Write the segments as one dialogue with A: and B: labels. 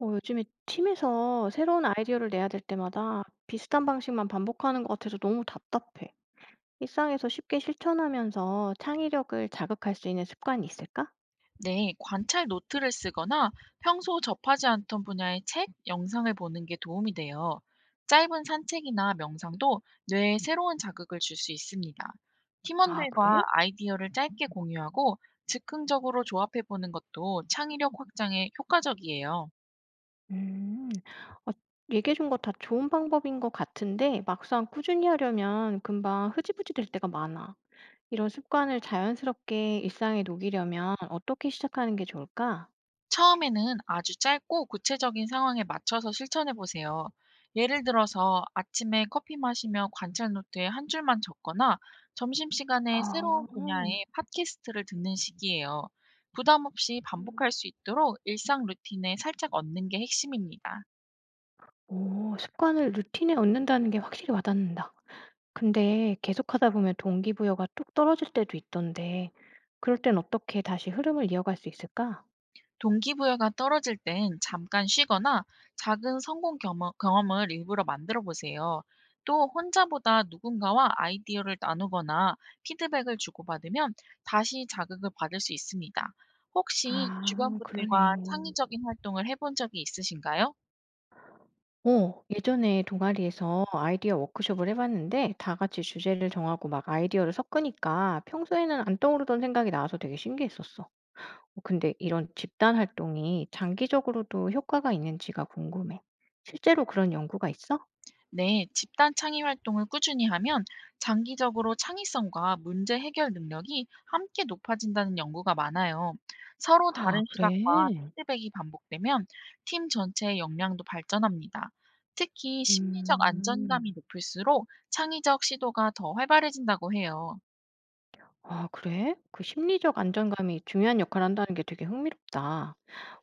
A: 요즘에 팀에서 새로운 아이디어를 내야 될 때마다 비슷한 방식만 반복하는 것 같아서 너무 답답해. 일상에서 쉽게 실천하면서 창의력을 자극할 수 있는 습관이 있을까?
B: 네, 관찰 노트를 쓰거나 평소 접하지 않던 분야의 책, 영상을 보는 게 도움이 돼요. 짧은 산책이나 명상도 뇌에 새로운 자극을 줄 수 있습니다.
A: 아,
B: 팀원들과
A: 그래?
B: 아이디어를 짧게 공유하고 즉흥적으로 조합해 보는 것도 창의력 확장에 효과적이에요.
A: 음, 어, 얘기해준 거 다 좋은 방법인 것 같은데 막상 꾸준히 하려면 금방 흐지부지 될 때가 많아. 이런 습관을 자연스럽게 일상에 녹이려면 어떻게 시작하는 게 좋을까?
B: 처음에는 아주 짧고 구체적인 상황에 맞춰서 실천해 보세요. 예를 들어서 아침에 커피 마시며 관찰 노트에 한 줄만 적거나 점심시간에
A: 아,
B: 새로운 분야의 팟캐스트를 듣는 식이에요. 부담 없이
A: 음.
B: 반복할 수 있도록 일상 루틴에 살짝 얻는 게 핵심입니다.
A: 오, 습관을 루틴에 얻는다는 게 확실히 와닿는다. 근데 계속하다 보면 동기부여가 뚝 떨어질 때도 있던데 그럴 땐 어떻게 다시 흐름을 이어갈 수 있을까?
B: 동기부여가 떨어질 땐 잠깐 쉬거나 작은 성공 경험, 경험을 일부러 만들어 보세요. 또 혼자보다 누군가와 아이디어를 나누거나 피드백을 주고받으면 다시 자극을 받을 수 있습니다. 혹시 주변
A: 아, 그러네.
B: 분들과 창의적인 활동을 해본 적이 있으신가요?
A: 예전에 동아리에서 아이디어 워크숍을 해봤는데 다 같이 주제를 정하고 막 아이디어를 섞으니까 평소에는 안 떠오르던 생각이 나와서 되게 신기했었어. 근데 이런 집단 활동이 장기적으로도 효과가 있는지가 궁금해. 실제로 그런 연구가 있어?
B: 네, 집단 창의 활동을 꾸준히 하면 장기적으로 창의성과 문제 해결 능력이 함께 높아진다는 연구가 많아요. 서로
A: 아,
B: 다른
A: 그래?
B: 시각과 피드백이 반복되면 팀 전체의 역량도 발전합니다. 특히 심리적 안정감이
A: 음.
B: 높을수록 창의적 시도가 더 활발해진다고 해요.
A: 아 그래? 그 심리적 안정감이 중요한 역할을 한다는 게 되게 흥미롭다.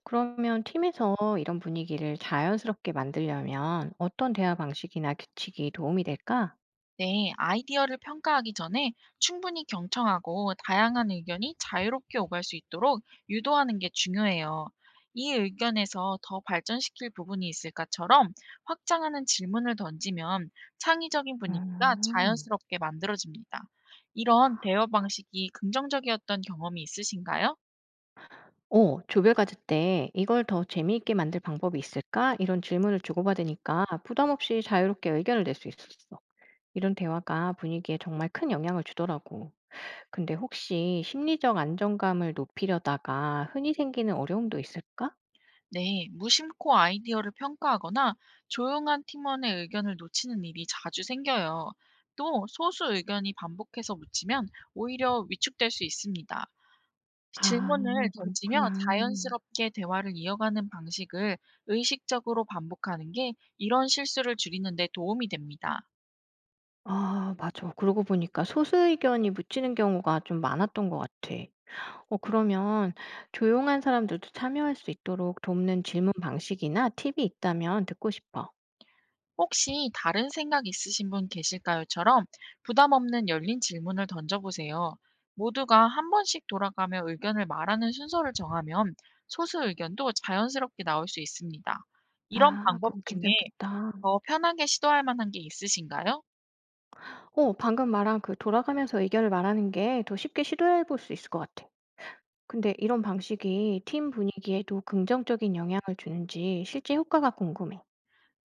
A: 그러면 팀에서 이런 분위기를 자연스럽게 만들려면 어떤 대화 방식이나 규칙이 도움이 될까?
B: 네, 아이디어를 평가하기 전에 충분히 경청하고 다양한 의견이 자유롭게 오갈 수 있도록 유도하는 게 중요해요. "이 의견에서 더 발전시킬 부분이 있을까처럼 확장하는 질문을 던지면 창의적인 분위기가
A: 음.
B: 자연스럽게 만들어집니다. 이런 대화 방식이 긍정적이었던 경험이 있으신가요?
A: 조별 과제 때 "이걸 더 재미있게 만들 방법이 있을까?" 이런 질문을 주고받으니까 부담 없이 자유롭게 의견을 낼 수 있었어. 이런 대화가 분위기에 정말 큰 영향을 주더라고. 근데 혹시 심리적 안정감을 높이려다가 흔히 생기는 어려움도 있을까?
B: 네, 무심코 아이디어를 평가하거나 조용한 팀원의 의견을 놓치는 일이 자주 생겨요. 또 소수 의견이 반복해서 묻히면 오히려 위축될 수 있습니다.
A: 아
B: 질문을
A: 그렇구나.
B: 던지며 자연스럽게 대화를 이어가는 방식을 의식적으로 반복하는 게 이런 실수를 줄이는 데 도움이 됩니다.
A: 아 맞아. 그러고 보니까 소수의견이 묻히는 경우가 좀 많았던 것 같아. 어 그러면 조용한 사람들도 참여할 수 있도록 돕는 질문 방식이나 팁이 있다면 듣고 싶어.
B: "혹시 다른 생각 있으신 분 계실까요?"처럼 부담 없는 열린 질문을 던져보세요. 모두가 한 번씩 돌아가며 의견을 말하는 순서를 정하면 소수 의견도 자연스럽게 나올 수 있습니다. 이런
A: 아 그
B: 방법
A: 건
B: 중에
A: 괜찮겠다.
B: 더 편하게 시도할 만한 게 있으신가요?
A: 어 방금 말한 그 돌아가면서 의견을 말하는 게 더 쉽게 시도해 볼 수 있을 것 같아. 근데 이런 방식이 팀 분위기에도 긍정적인 영향을 주는지 실제 효과가 궁금해.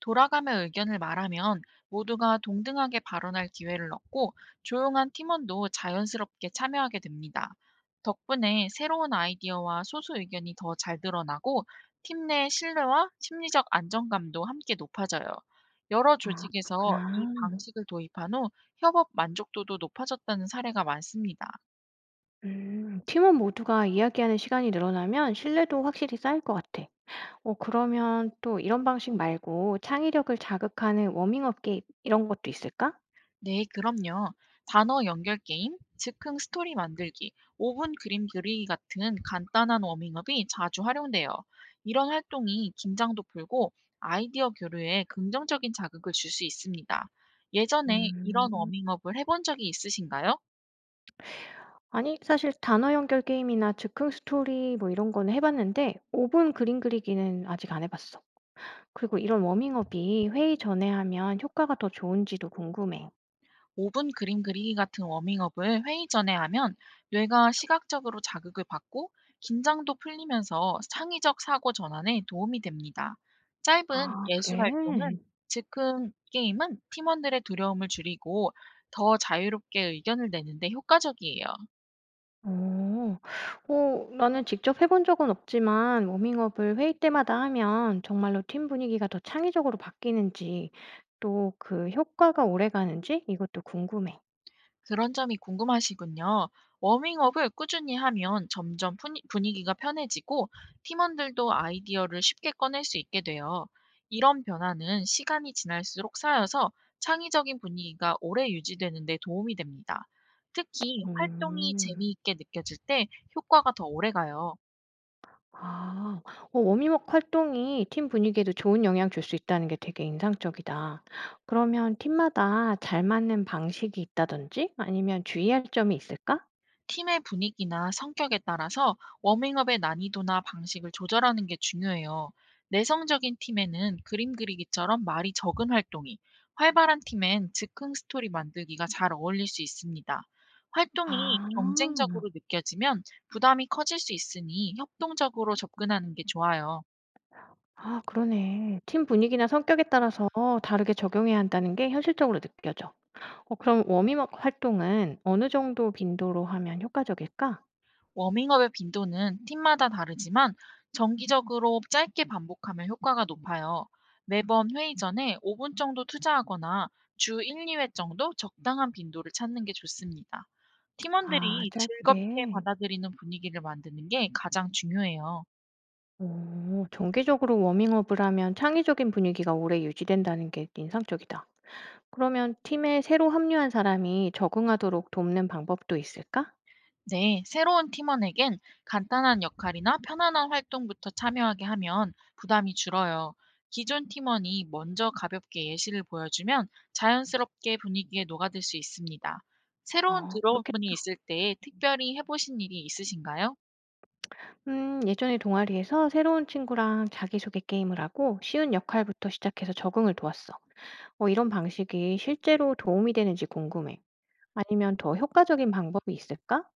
B: 돌아가며 의견을 말하면 모두가 동등하게 발언할 기회를 얻고 조용한 팀원도 자연스럽게 참여하게 됩니다. 덕분에 새로운 아이디어와 소수 의견이 더 잘 드러나고 팀 내 신뢰와 심리적 안정감도 함께 높아져요. 여러
A: 아
B: 조직에서 이
A: 그렇구나.
B: 방식을 도입한 후 협업 만족도도 높아졌다는 사례가 많습니다.
A: 팀원 모두가 이야기하는 시간이 늘어나면 신뢰도 확실히 쌓일 것 같아. 그러면 또 이런 방식 말고 창의력을 자극하는 워밍업 게임 이런 것도 있을까?
B: 네, 그럼요. 단어 연결 게임, 즉흥 스토리 만들기, 오분 그림 그리기 같은 간단한 워밍업이 자주 활용돼요. 이런 활동이 긴장도 풀고 아이디어 교류에 긍정적인 자극을 줄 수 있습니다. 예전에 이런
A: 음.
B: 워밍업을 해본 적이 있으신가요?
A: 아니 사실 단어 연결 게임이나 즉흥 스토리 뭐 이런 거는 해 봤는데 5분 그림 그리기는 아직 안 해 봤어. 그리고 이런 워밍업이 회의 전에 하면 효과가 더 좋은지도 궁금해.
B: 5분 그림 그리기 같은 워밍업을 회의 전에 하면 뇌가 시각적으로 자극을 받고 긴장도 풀리면서 창의적 사고 전환에 도움이 됩니다. 짧은
A: 아
B: 예술
A: 그래?
B: 활동은 즉흥 게임은 팀원들의 두려움을 줄이고 더 자유롭게 의견을 내는데 효과적이에요.
A: 어. 어 나는 직접 해본 적은 없지만 워밍업을 회의 때마다 하면 정말로 팀 분위기가 더 창의적으로 바뀌는지 또 그 효과가 오래가는지 이것도 궁금해.
B: 그런 점이 궁금하시군요. 워밍업을 꾸준히 하면 점점 분위기가 편해지고 팀원들도 아이디어를 쉽게 꺼낼 수 있게 돼요. 이런 변화는 시간이 지날수록 쌓여서 창의적인 분위기가 오래 유지되는 데 도움이 됩니다. 특히 활동이
A: 음.
B: 재미있게 느껴질 때 효과가 더 오래 가요.
A: 아. 어 워밍업 활동이 팀 분위기에도 좋은 영향 줄 수 있다는 게 되게 인상적이다. 그러면 팀마다 잘 맞는 방식이 있다든지 아니면 주의할 점이 있을까?
B: 팀의 분위기나 성격에 따라서 워밍업의 난이도나 방식을 조절하는 게 중요해요. 내성적인 팀에는 그림 그리기처럼 말이 적은 활동이, 활발한 팀엔 즉흥 스토리 만들기가 잘 어울릴 수 있습니다. 활동이
A: 아.
B: 경쟁적으로 느껴지면 부담이 커질 수 있으니 협동적으로 접근하는 게 좋아요.
A: 아 그러네. 팀 분위기나 성격에 따라서 다르게 적용해야 한다는 게 현실적으로 느껴져. 어 그럼 워밍업 활동은 어느 정도 빈도로 하면 효과적일까?
B: 워밍업의 빈도는 팀마다 다르지만 정기적으로 짧게 반복하면 효과가 높아요. 매번 회의 전에 5분 정도 투자하거나 주 1, 2회 정도 적당한 빈도를 찾는 게 좋습니다.
A: 아
B: 팀원들이 즐겁게
A: 짧게.
B: 받아들이는 분위기를 만드는 게 가장 중요해요.
A: 오, 정기적으로 워밍업을 하면 창의적인 분위기가 오래 유지된다는 게 인상적이다. 그러면 팀에 새로 합류한 사람이 적응하도록 돕는 방법도 있을까?
B: 네, 새로운 팀원에겐 간단한 역할이나 편안한 활동부터 참여하게 하면 부담이 줄어요. 기존 팀원이 먼저 가볍게 예시를 보여주면 자연스럽게 분위기에 녹아들 수 있습니다. 새로운
A: 어,
B: 들어온 분이
A: 그렇겠다.
B: 있을 때 특별히 해보신 일이 있으신가요?
A: 예전에 동아리에서 새로운 친구랑 자기소개 게임을 하고 쉬운 역할부터 시작해서 적응을 도왔어. 이런 방식이 실제로 도움이 되는지 궁금해. 아니면 더 효과적인 방법이 있을까?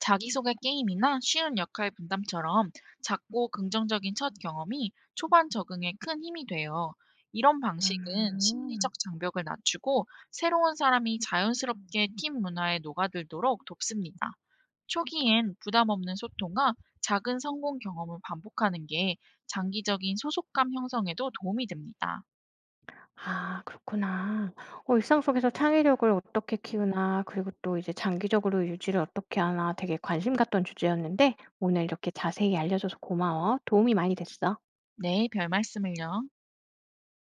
B: 자기소개 게임이나 쉬운 역할 분담처럼 작고 긍정적인 첫 경험이 초반 적응에 큰 힘이 돼요. 이런 방식은
A: 음.
B: 심리적 장벽을 낮추고 새로운 사람이 자연스럽게 팀 문화에 녹아들도록 돕습니다. 초기엔 부담 없는 소통과 작은 성공 경험을 반복하는 게 장기적인 소속감 형성에도 도움이 됩니다.
A: 아 그렇구나. 어 일상 속에서 창의력을 어떻게 키우나 그리고 또 이제 장기적으로 유지를 어떻게 하나 되게 관심 갔던 주제였는데 오늘 이렇게 자세히 알려 줘서 고마워. 도움이 많이 됐어.
B: 네, 별 말씀을요.